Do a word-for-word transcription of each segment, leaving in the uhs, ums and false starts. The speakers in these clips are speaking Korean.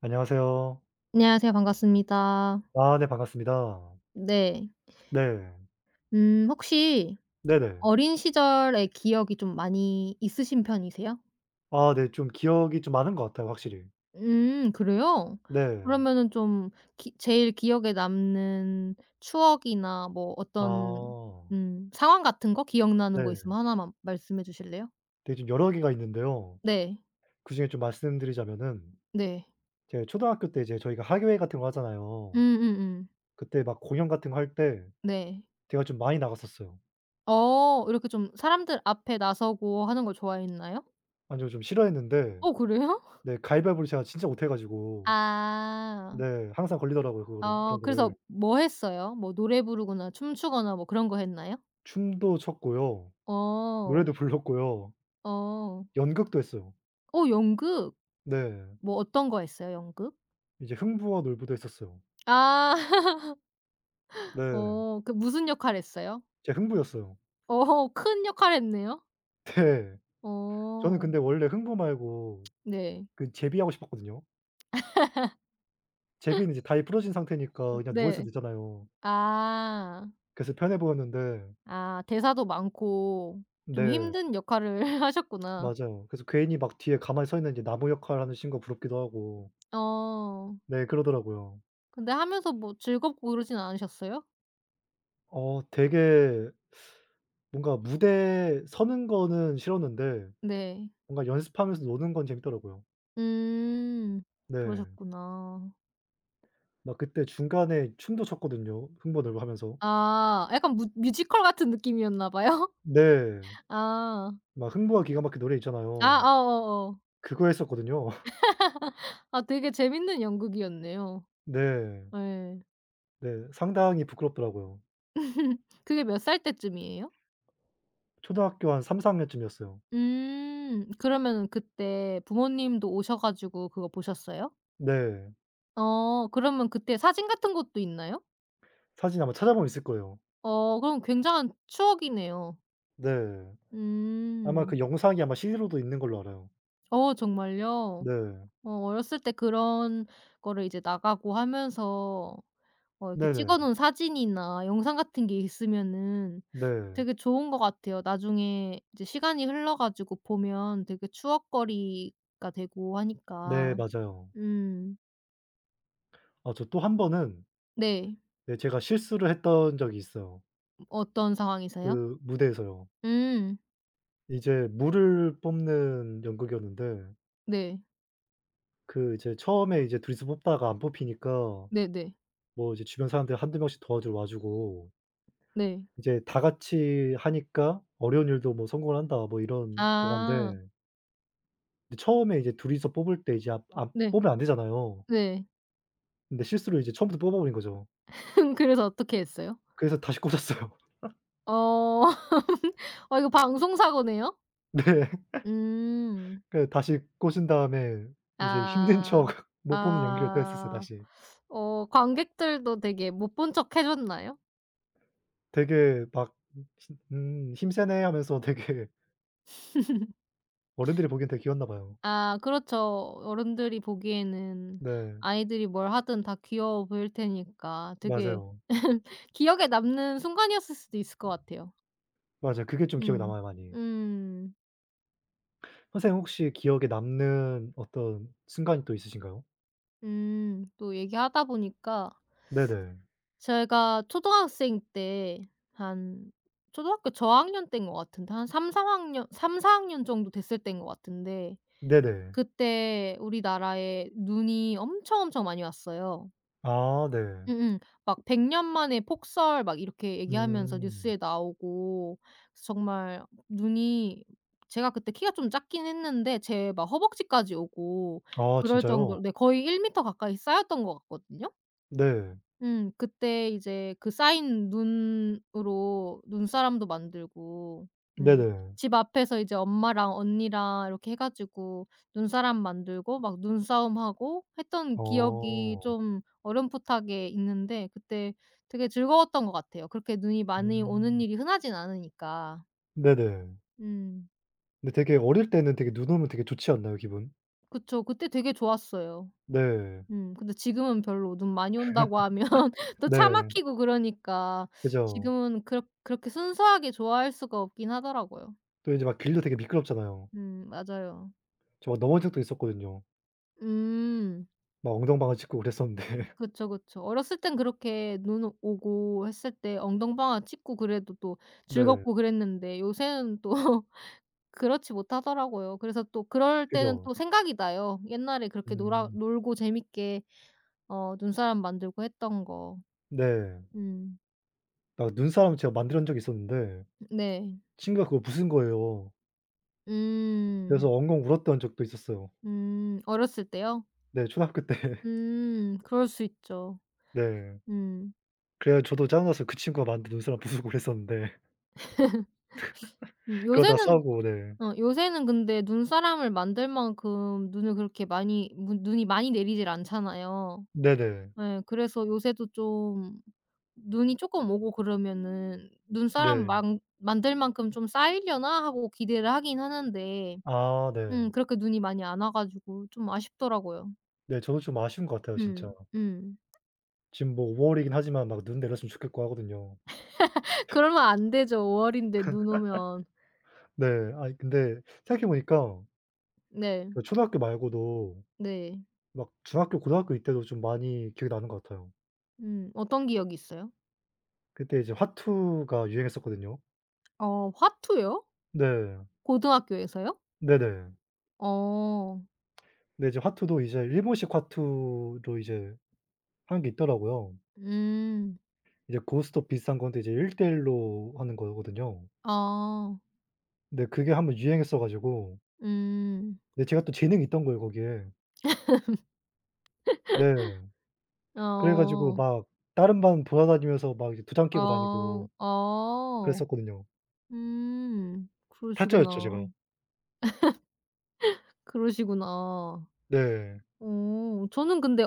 안녕하세요. 안녕하세요. 반갑습니다. 아네 반갑습니다. 네. 네. 음 혹시 네네. 어린 시절의 기억이 좀 많이 있으신 편이세요? 아네 좀 기억이 좀 많은 것 같아요, 확실히. 음 그래요? 네. 그러면은 좀 기 제일 기억에 남는 추억이나 뭐 어떤 아. 음 상황 같은 거 기억나는 거 네. 있으면 하나만 말씀해 주실래요? 되게 좀 여러 개가 있는데요. 네. 그중에 좀 말씀드리자면은, 네. 이제 초등학교 때 이제 저희가 학예회 같은 거 하잖아요. 음음음. 그때 막 공연 같은 거 할 때 네. 제가 좀 많이 나갔었어요. 어 이렇게 좀 사람들 앞에 나서고 하는 걸 좋아했나요? 니전좀 싫어했는데, 어 그래요? 네, 가위바위보를 제가 진짜 못해 가지고, 아. 네, 항상 걸리더라고요, 그거를, 어 그런 그래서 거를. 뭐 했어요? 뭐 노래 부르거나 춤추거나 뭐 그런 거 했나요? 춤도 췄고요. 어. 노래도 불렀고요. 어. 연극도 했어요. 어 연극. 네. 뭐 어떤 거 했어요 연극? 이제 흥부와 놀부도 했었어요. 아. 네. 어 그 무슨 역할 했어요? 제가 흥부였어요. 어 큰 역할 했네요. 네. 저는 어. 근데 원래 흥부 말고 네. 그 제비하고 싶었거든요. 제비는 이제 다리 부러진 상태니까 음 그냥 누워 있어도 네. 되잖아요. 아. 그래서 편해 보였는데, 아 대사도 많고 좀 네. 힘든 역할을 하셨구나. 맞아요. 그래서 괜히 막 뒤에 가만히 서 있는 이제 나무 역할하는 친구가 부럽기도 하고, 어. 네, 그러더라고요. 근데 하면서 뭐 즐겁고 그러진 않으셨어요? 어, 되게 뭔가 무대에 서는 거는 싫었는데 네. 뭔가 연습하면서 노는 건 재밌더라고요. 음. 네. 그러셨구나. 막 그때 중간에 춤도 췄거든요, 흥부 놀부 하면서. 아 약간 무 뮤지컬 같은 느낌이었나 봐요? 네. 아. 막 흥부와 기가 막힌 노래 아 있잖아요. 어어어. 그거 했었거든요. 아 되게 재밌는 연극이었네요. 네. 예. 네. 상당히 부끄럽더라고요. 그게 몇 살 때쯤이에요? 초등학교 한 삼사 학년쯤이었어요. 음. 그러면은 그때 부모님도 오셔 가지고 그거 보셨어요? 네. 어 그러면 그때 사진 같은 것도 있나요? 사진 아마 찾아보면 있을 거예요. 어 그럼 굉장한 추억이네요. 네. 아마 그 음. 영상이 아마 씨디로도 있는 걸로 알아요. 어 정말요? 네. 어 어렸을 때 그런 거를 이제 나가고 하면서 어 이렇게 네네. 찍어 놓은 사진이나 영상 같은 게 있으면은 네. 되게 좋은 것 같아요. 나중에 이제 시간이 흘러 가지고 보면 되게 추억거리가 되고 네, 하니까. 맞아요. 음. 아, 저 또 한 번은, 네. 네, 제가 실수를 했던 적이 있어요. 어떤 상황에서요? 그 무대에서요. 음. 이제 물을 뽑는 연극이었는데, 네. 그 이제 처음에 이제 둘 이서 뽑다가 안 뽑히니까, 네네. 뭐 이제 주변 사람들이 1 명씩 도와주러 와 주고, 네. 이제 다 같이 하니까 "어려운 일도 뭐 성공을 한다." 뭐 이런 동화인데, 아. 근데 처음에 이제 둘이서 뽑을 때 이제 아 아 네. 뽑으면 안 되잖아요. 네. 근데 실수로 이제 처음부터 뽑아 버린 거죠. 그래서 어떻게 했어요? 그래서 다시 꽂았어요. 어. 어 이거 방송 사고네요? 네. 음. 그 다시 꽂은 다음에 이제 힘든 척 아. 못 뽑는 연기를 또 했었어요, 아. 다시. 어 관객들도 되게 못 본 척 해 줬나요? 되게 막 시 음 '힘세네.' 하면서 되게 어른들이 보기엔 되게 귀여웠나 봐요. 아 그렇죠. 어른들이 보기에는 네. 아이들이 뭘 하든 다 귀여워 보일 테니까 되게 맞아요. 기억에 남는 순간이었을 수도 있을 것 같아요. 맞아요. 그게 좀 기억에 음. 남아요, 많이. 음. 선생님 혹시 기억에 남는 어떤 순간이 또 있으신가요? 음. 또 얘기하다 보니까 네네. 제가 초등학생 때 한 초등학교 저학년 때인 것 같은데 한 삼사 학년 삼 사 학년 정도 됐을 때인 것 같은데 네네. 그때 우리나라에 눈이 엄청 엄청 많이 왔어요. 아 네. 음음. 막 백 년 만에 폭설 막 이렇게 얘기하면서 음. 뉴스에 나오고 정말 눈이 제가 그때 키가 좀 작긴 했는데 제 막 허벅지까지 오고 아 그럴 진짜요? 정도로 네 거의 일 미터 가까이 쌓였던 것 같거든요. 네. 음. 그때 이제 그 쌓인 눈으로 눈사람도 만들고 음 네네. 집 앞에서 이제 엄마랑 언니랑 이렇게 해 가지고 눈사람 만들고 막 눈싸움하고 했던 기억이 어. 좀 어렴풋하게 있는데 그때 되게 즐거웠던 것 같아요. 그렇게 눈이 많이 오는 음. 일이 흔하진 않으니까. 네네. 음. 근데 되게 어릴 때는 되게 눈 오면 되게 좋지 않나요, 기분? 그쵸. 그때 되게 좋았어요. 네. 음 근데 지금은 별로 눈 많이 온다고 하면 또 차 네. 막히고 그러니까 그죠. 지금은 그렇 그렇게 순수하게 좋아할 수가 없긴 하더라고요. 또 이제 막 길도 되게 미끄럽잖아요. 음 맞아요. 저 막 넘어진 적도 있었거든요. 음. 막 엉덩방아 찧고 그랬었는데. 그쵸, 그쵸. 어렸을 땐 그렇게 눈 오고 했을 때 엉덩방아 찍고 그래도 또 네. 즐겁고 그랬는데 요새는 또 그렇지 못하더라고요. 그래서 또 그럴 때는 그죠. 또 생각이 나요. 옛날에 그렇게 놀아 음. 놀고 재밌게 어 눈사람 만들고 했던 거. 네. 음. 막 눈사람 제가 만들어 낸 적이 있었는데 네. 친구가 그거 부순 거예요. 그래서 음. 엉엉 울었던 적도 있었어요. 음. 어렸을 때요? 네. 초등학교 때. 음. 그럴 수 있죠. 네. 음. 그래요. 저도 짜증 나서 그 친구가 많은데 눈사람 부수고 그랬었는데 음. 그러다가 요새는 싸우고, 네. 어 요새는 근데 눈사람을 만들 만큼 눈을 그렇게 많이 무 눈이 많이 내리질 않잖아요. 네네. 예. 그래서 요새도 좀 눈이 조금 오고 그러면은 '눈사람 네. 만 만들 만큼 좀 쌓이려나?' 하고 기대를 하긴 하는데 아 네. 음 그렇게 눈이 많이 안 와 가지고 좀 아쉽더라고요. 네, 저도 좀 아쉬운 것 같아요, 음. 진짜. 음. 지금 뭐버 월이긴 하지만 막 눈 내렸으면 좋겠고 하거든요. 그러면 안 되죠. 오 월인데 눈 오면. 네. 아니 근데 생각해 보니까, 네. 그 초등학교 말고도 네. 막 중학교, 고등학교 이때도 좀 많이 기억이 나는 것 같아요. 음. 어떤 기억이 있어요? 그때 이제 화투가 유행했었거든요. 어 화투요? 네. 고등학교에서요? 네네. 어. 근데 이제 화투도 이제 일본식 화투로 이제 하는 게 있더라고요. 음. 이제 고스톱 비슷한 건데 이제 일대일로 하는 거거든요. 아. 네. 그게 한번 유행했어 가지고, 음. 네, 제가 또 재능이 있던 거예요 거기에. 네. 그래 가지고 어. 막 다른 반 돌아다니면서 막 이제 도장 끼고 어. 다니고 어. 그랬었거든요. 음. 타짜였죠, 제가. 그러시구나. 그러시구나. 네. 어. 저는 근데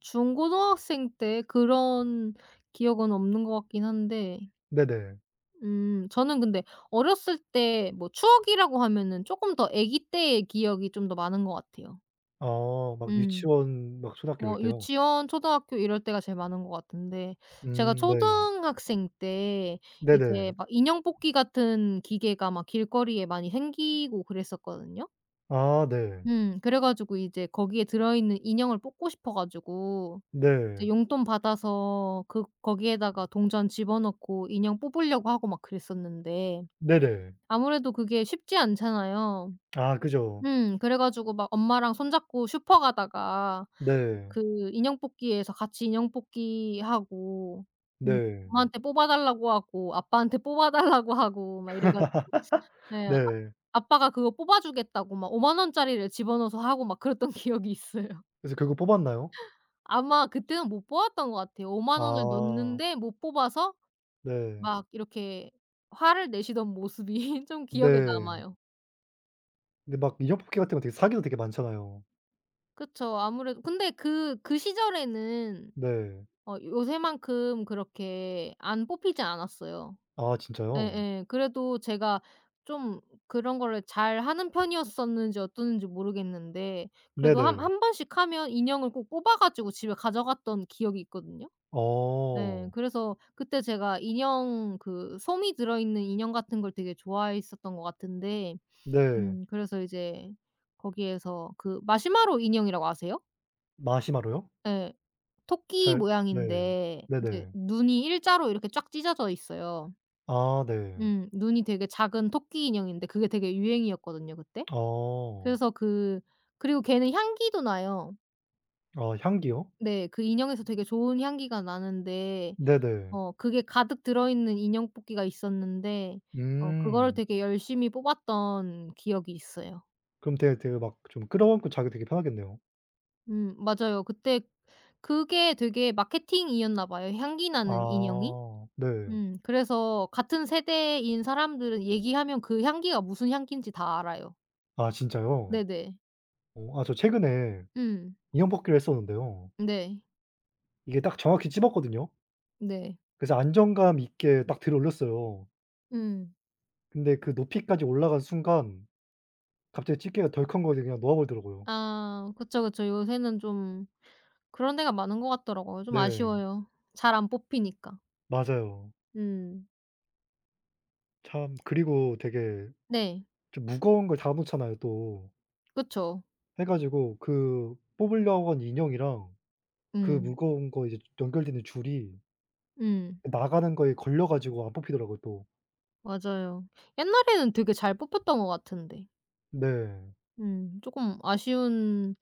중고등학생 때 그런 기억은 없는 것 같긴 한데 네네. 음 저는 근데 어렸을 때 뭐 추억이라고 하면은 조금 더 아기 때의 기억이 좀 더 많은 것 같아요. 아 막 음. 유치원 막 초등학교 이럴 뭐 때요? 유치원, 초등학교 이럴 때가 제일 많은 것 같은데 제가 음, 네. 초등학생 때 이제 네네. 막 인형 뽑기 같은 기계가 막 길거리에 많이 생기고 그랬었거든요. 아 네. 음 그래 가지고 이제 거기에 들어있는 인형을 뽑고 싶어 가지고 이제 네. 용돈 받아서 그 거기에다가 동전 집어 넣고 인형 뽑으려고 하고 막 그랬었는데 네네. 아무래도 그게 쉽지 않잖아요. 아 그죠. 음. 그래 가지고 막 엄마랑 손잡고 슈퍼 가다가 네. 그 인형 뽑기에서 같이 인형 뽑기 하고 음 네. 엄마한테 뽑아 달라고 하고 아빠한테 뽑아 달라고 하고 막 이래 가지고 네. 아 네. 아빠가 그거 뽑아 주겠다고 막오만 원짜리를 집어넣어서 하고 막 그랬던 기억이 있어요. 그래서 결국 뽑았나요? 아마 그때는 못 뽑았던 것 같아요. 오만 원을 아. 넣었는데 못 뽑아서 네. 막 이렇게 화를 내시던 모습이 좀 기억에 네. 남아요. 근데 막 인형 뽑기 같은 거 되게 사기도 되게 많잖아요. 그쵸. 아무래도 근데 그 그 시절에는 네. 어 요새만큼 그렇게 안 뽑히지 않았어요. 아 진짜요? 예예. 그래도 제가 좀 그런 거를 잘하는 편이었었는지 어땠는지 모르겠는데 그래도 한 네네. 한 번씩 하면 인형을 꼭 뽑아 가지고 집에 가져갔던 기억이 있거든요. 예. 어. 그래서 그때 제가 인형 그 솜이 들어 있는 인형 같은 걸 되게 좋아했었던 것 같은데 네. 음 그래서 이제 거기에서 그 마시마로 인형이라고 아세요? 마시마로요? 예. 토끼 잘. 네. 모양인데 이제 네네. 눈이 일자로 이렇게 쫙 찢어져 있어요. 아 네. 음. 눈이 되게 작은 토끼 인형인데 그게 되게 유행이었거든요 그때. 어. 그래서 그 그리고 걔는 향기도 나요. 아 향기요? 네. 그 인형에서 되게 좋은 향기가 나는데 네네. 어 그게 가득 들어있는 인형 뽑기가 있었는데 어 그거를 음. 되게 열심히 뽑았던 기억이 있어요. 그럼 되게 되게 막 좀 끌어안고 자기 되게 편하겠네요. 음 맞아요. 그때 그게 되게 마케팅이었나 봐요 향기 나는 인형이. 아 네. 음 그래서 같은 세대인 사람들은 얘기하면 그 향기가 무슨 향기인지 다 알아요. 아 진짜요? 네네. 어 아 저 최근에 음. 인형 뽑기를 했었는데요. 네. 이게 딱 정확히 집었거든요. 네. 그래서 안정감 있게 딱 들어올렸어요. 음. 근데 그 높이까지 올라간 순간 갑자기 집게가 덜컹거리더니 그냥 놓아버리더라고요. 아 그쵸, 그쵸. 요새는 좀 그런 데가 많은 것 같더라고요. 좀 네. 아쉬워요. 잘 안 뽑히니까. 맞아요. 음. 참 그리고 되게 네. 좀 무거운 걸 다 놓잖아요, 또. 그쵸. 해 가지고 그 뽑으려고 한 인형이랑 그 음. 무거운 거 이제 연결되는 줄이 음. 나가는 거에 걸려 가지고 안 뽑히더라고요, 또. 맞아요. 옛날에는 되게 잘 뽑혔던 것 같은데. 네. 음. 조금 아쉬운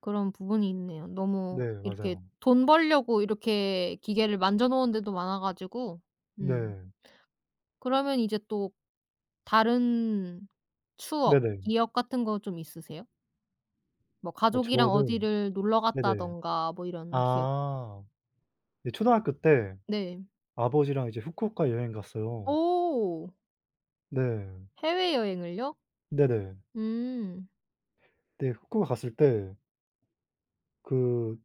그런 부분이 있네요. 너무 네, 이렇게 맞아요. 돈 벌려고 이렇게 기계를 만져 놓은 데도 많아 가지고 음 네. 그러면 이제 또 다른 추억, 네네. 기억 같은 거 좀 있으세요? 뭐 어 가족이랑 저는, 어디를 놀러 네네. 갔다든가 뭐 이런 기억? 아. 네 초등학교 때 네. 아버지랑 이제 후쿠오카 여행 갔어요. 오. 네. 해외여행을요? 네네. 음. 네 후쿠오카 갔을 때 그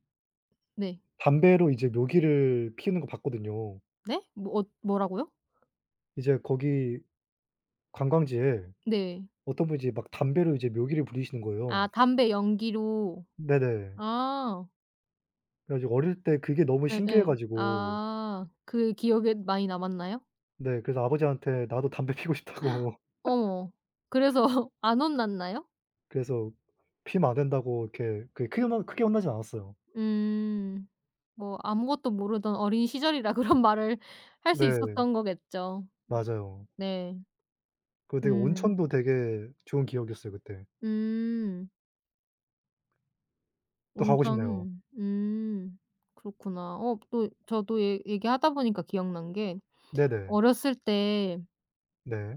네. 담배로 이제 묘기를 피우는 거 봤거든요. 네? 뭐 어 뭐라고요? 이제 거기 관광지에 네. 어떤 분이 이제 막 담배로 이제 묘기를 부리시는 아 거예요. 담배 연기로. 네네. 아. 그래 가지고 어릴 때 그게 너무 신기해 예예. 가지고 아 그 기억에 많이 남았나요? 네 그래서 아버지한테 나도 담배 피우고 싶다고 어머. 그래서 안 혼났나요? 그래서 피면 안 된다고 이렇게 그게 크게 혼나 크게 혼나진 않았어요. 음. 뭐 아무것도 모르던 어린 시절이라 그런 말을 할 수 네. 있었던 거겠죠. 맞아요. 네. 그리고 되게 음. 온천도 되게 좋은 기억이었어요, 그때. 음. 또 가고 싶네요. 온천. 음. 그렇구나. 어 또 저도 얘 얘기하다 보니까 기억난 게 네네. 어렸을 때 네.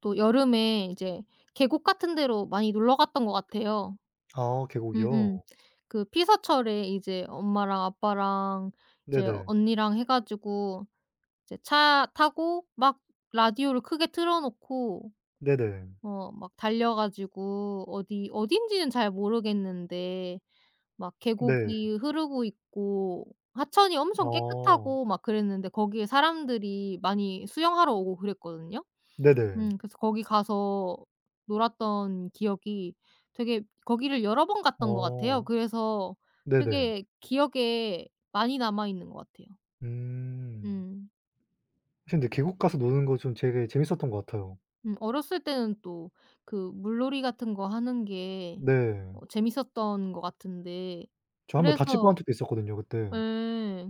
또 여름에 이제 계곡 같은 데로 많이 놀러 갔던 것 같아요. 아 음음. 계곡이요? 그 피서철에 이제 엄마랑 아빠랑 이제 네네. 언니랑 해 가지고 이제 차 타고 막 라디오를 크게 틀어 놓고 네네. 어 막 달려 가지고 어디 어딘지는 잘 모르겠는데 막 네. 계곡이 흐르고 있고 하천이 엄청 아. 깨끗하고 막 그랬는데 거기에 사람들이 많이 수영하러 오고 그랬거든요. 네네. 음 그래서 거기 가서 놀았던 기억이 되게 거기를 여러 번 갔던 것 같아요. 어. 그래서 네네. 되게 기억에 많이 남아 있는 것 같아요. 음. 음. 근데 계곡 가서 노는 거 좀 되게 재밌었던 것 같아요. 음 어렸을 때는 또 그 물놀이 같은 거 하는 게 네. 어 재밌었던 것 같은데 저 한번 다치뻔한 그래서 적도 있었거든요, 그때. 예.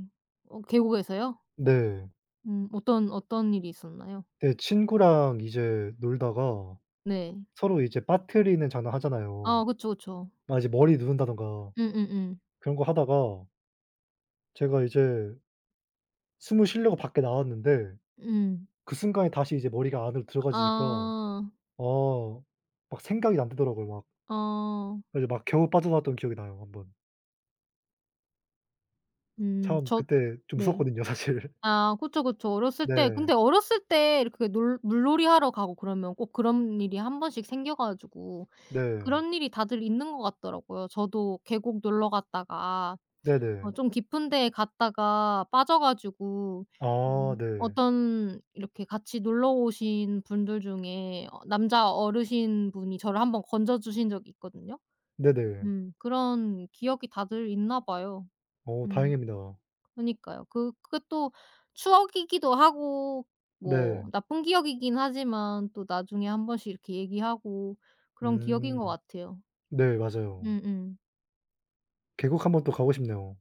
어 계곡에서요? 네. 음 어떤 어떤 일이 있었나요? 그 친구랑 이제 놀다가 네. 서로 이제 빠트리는 장난 하잖아요. 아 그쵸, 그쵸. 막 이제 머리 누른다든가 음음음. 음. 그런 거 하다가 제가 이제 숨을 쉬려고 밖에 나왔는데 음. 음. 그 순간에 다시 이제 머리가 안으로 들어가지니까 아. 아 막 생각이 안 나더라고요, 막. 어. 그래서 막 겨우 빠져나왔던 기억이 나요, 한 번. 음. 참 저 그때 좀 네. 무섭거든요, 사실. 아 그쵸, 그쵸. 어렸을 때 네. 근데 어렸을 때 이렇게 놀 물놀이하러 가고 그러면 꼭 그런 일이 한 번씩 생겨 가지고 네. 그런 일이 다들 있는 것 같더라고요. 저도 계곡 놀러 갔다가 어 네네. 좀 깊은 데에 갔다가 빠져 가지고 아 음 네. 어떤 이렇게 같이 놀러 오신 분들 중에 어 남자 어르신분이 저를 한번 건져 주신 적이 있거든요. 네네. 음 그런 기억이 다들 있나 봐요. 어 음 다행입니다. 그니까요. 그 그게 또 추억이기도 하고 뭐 네. 나쁜 기억이긴 하지만 또 나중에 한 번씩 이렇게 얘기하고 그런 기억인 음. 것 같아요. 네 맞아요. 음음. 계곡 한번 또 가고 싶네요.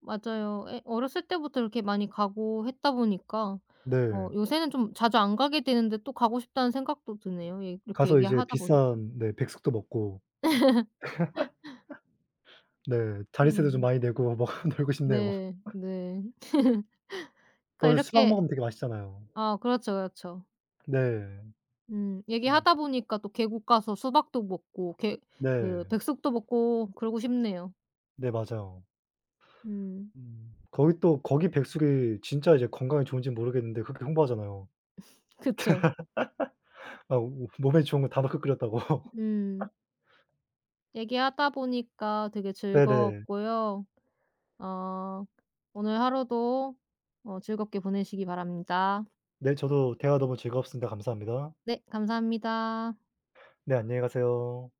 맞아요. 예 어렸을 때부터 이렇게 많이 가고 했다 보니까 네. 어 요새는 좀 자주 안 가게 되는데 또 가고 싶다는 생각도 드네요. 예 이렇게 가서 이제 얘기하다 보니까. 비싼 네 백숙도 먹고 네 자릿세도 좀 음. 많이 내고 막 놀고 싶네요. 네. 네. 또 그러니까 그 수박 이렇게 먹으면 되게 맛있잖아요. 아 그렇죠, 그렇죠. 네. 음. 음 얘기하다 보니까 또 계곡 가서 수박도 먹고 게 그 네. 백숙도 먹고 그러고 싶네요. 네 맞아요. 음. 음. 거기 또 거기 백숙이 진짜 이제 건강에 좋은진 모르겠는데 그렇게 홍보하잖아요. 그쵸. 아 오 몸에 좋은 거 다 넣고 끓였다고. 음. 얘기하다 보니까 되게 네네. 즐거웠고요. 어 오늘 하루도 어 즐겁게 보내시기 바랍니다. 네 저도 대화 너무 즐거웠습니다. 감사합니다. 네. 감사합니다. 네 안녕히 가세요.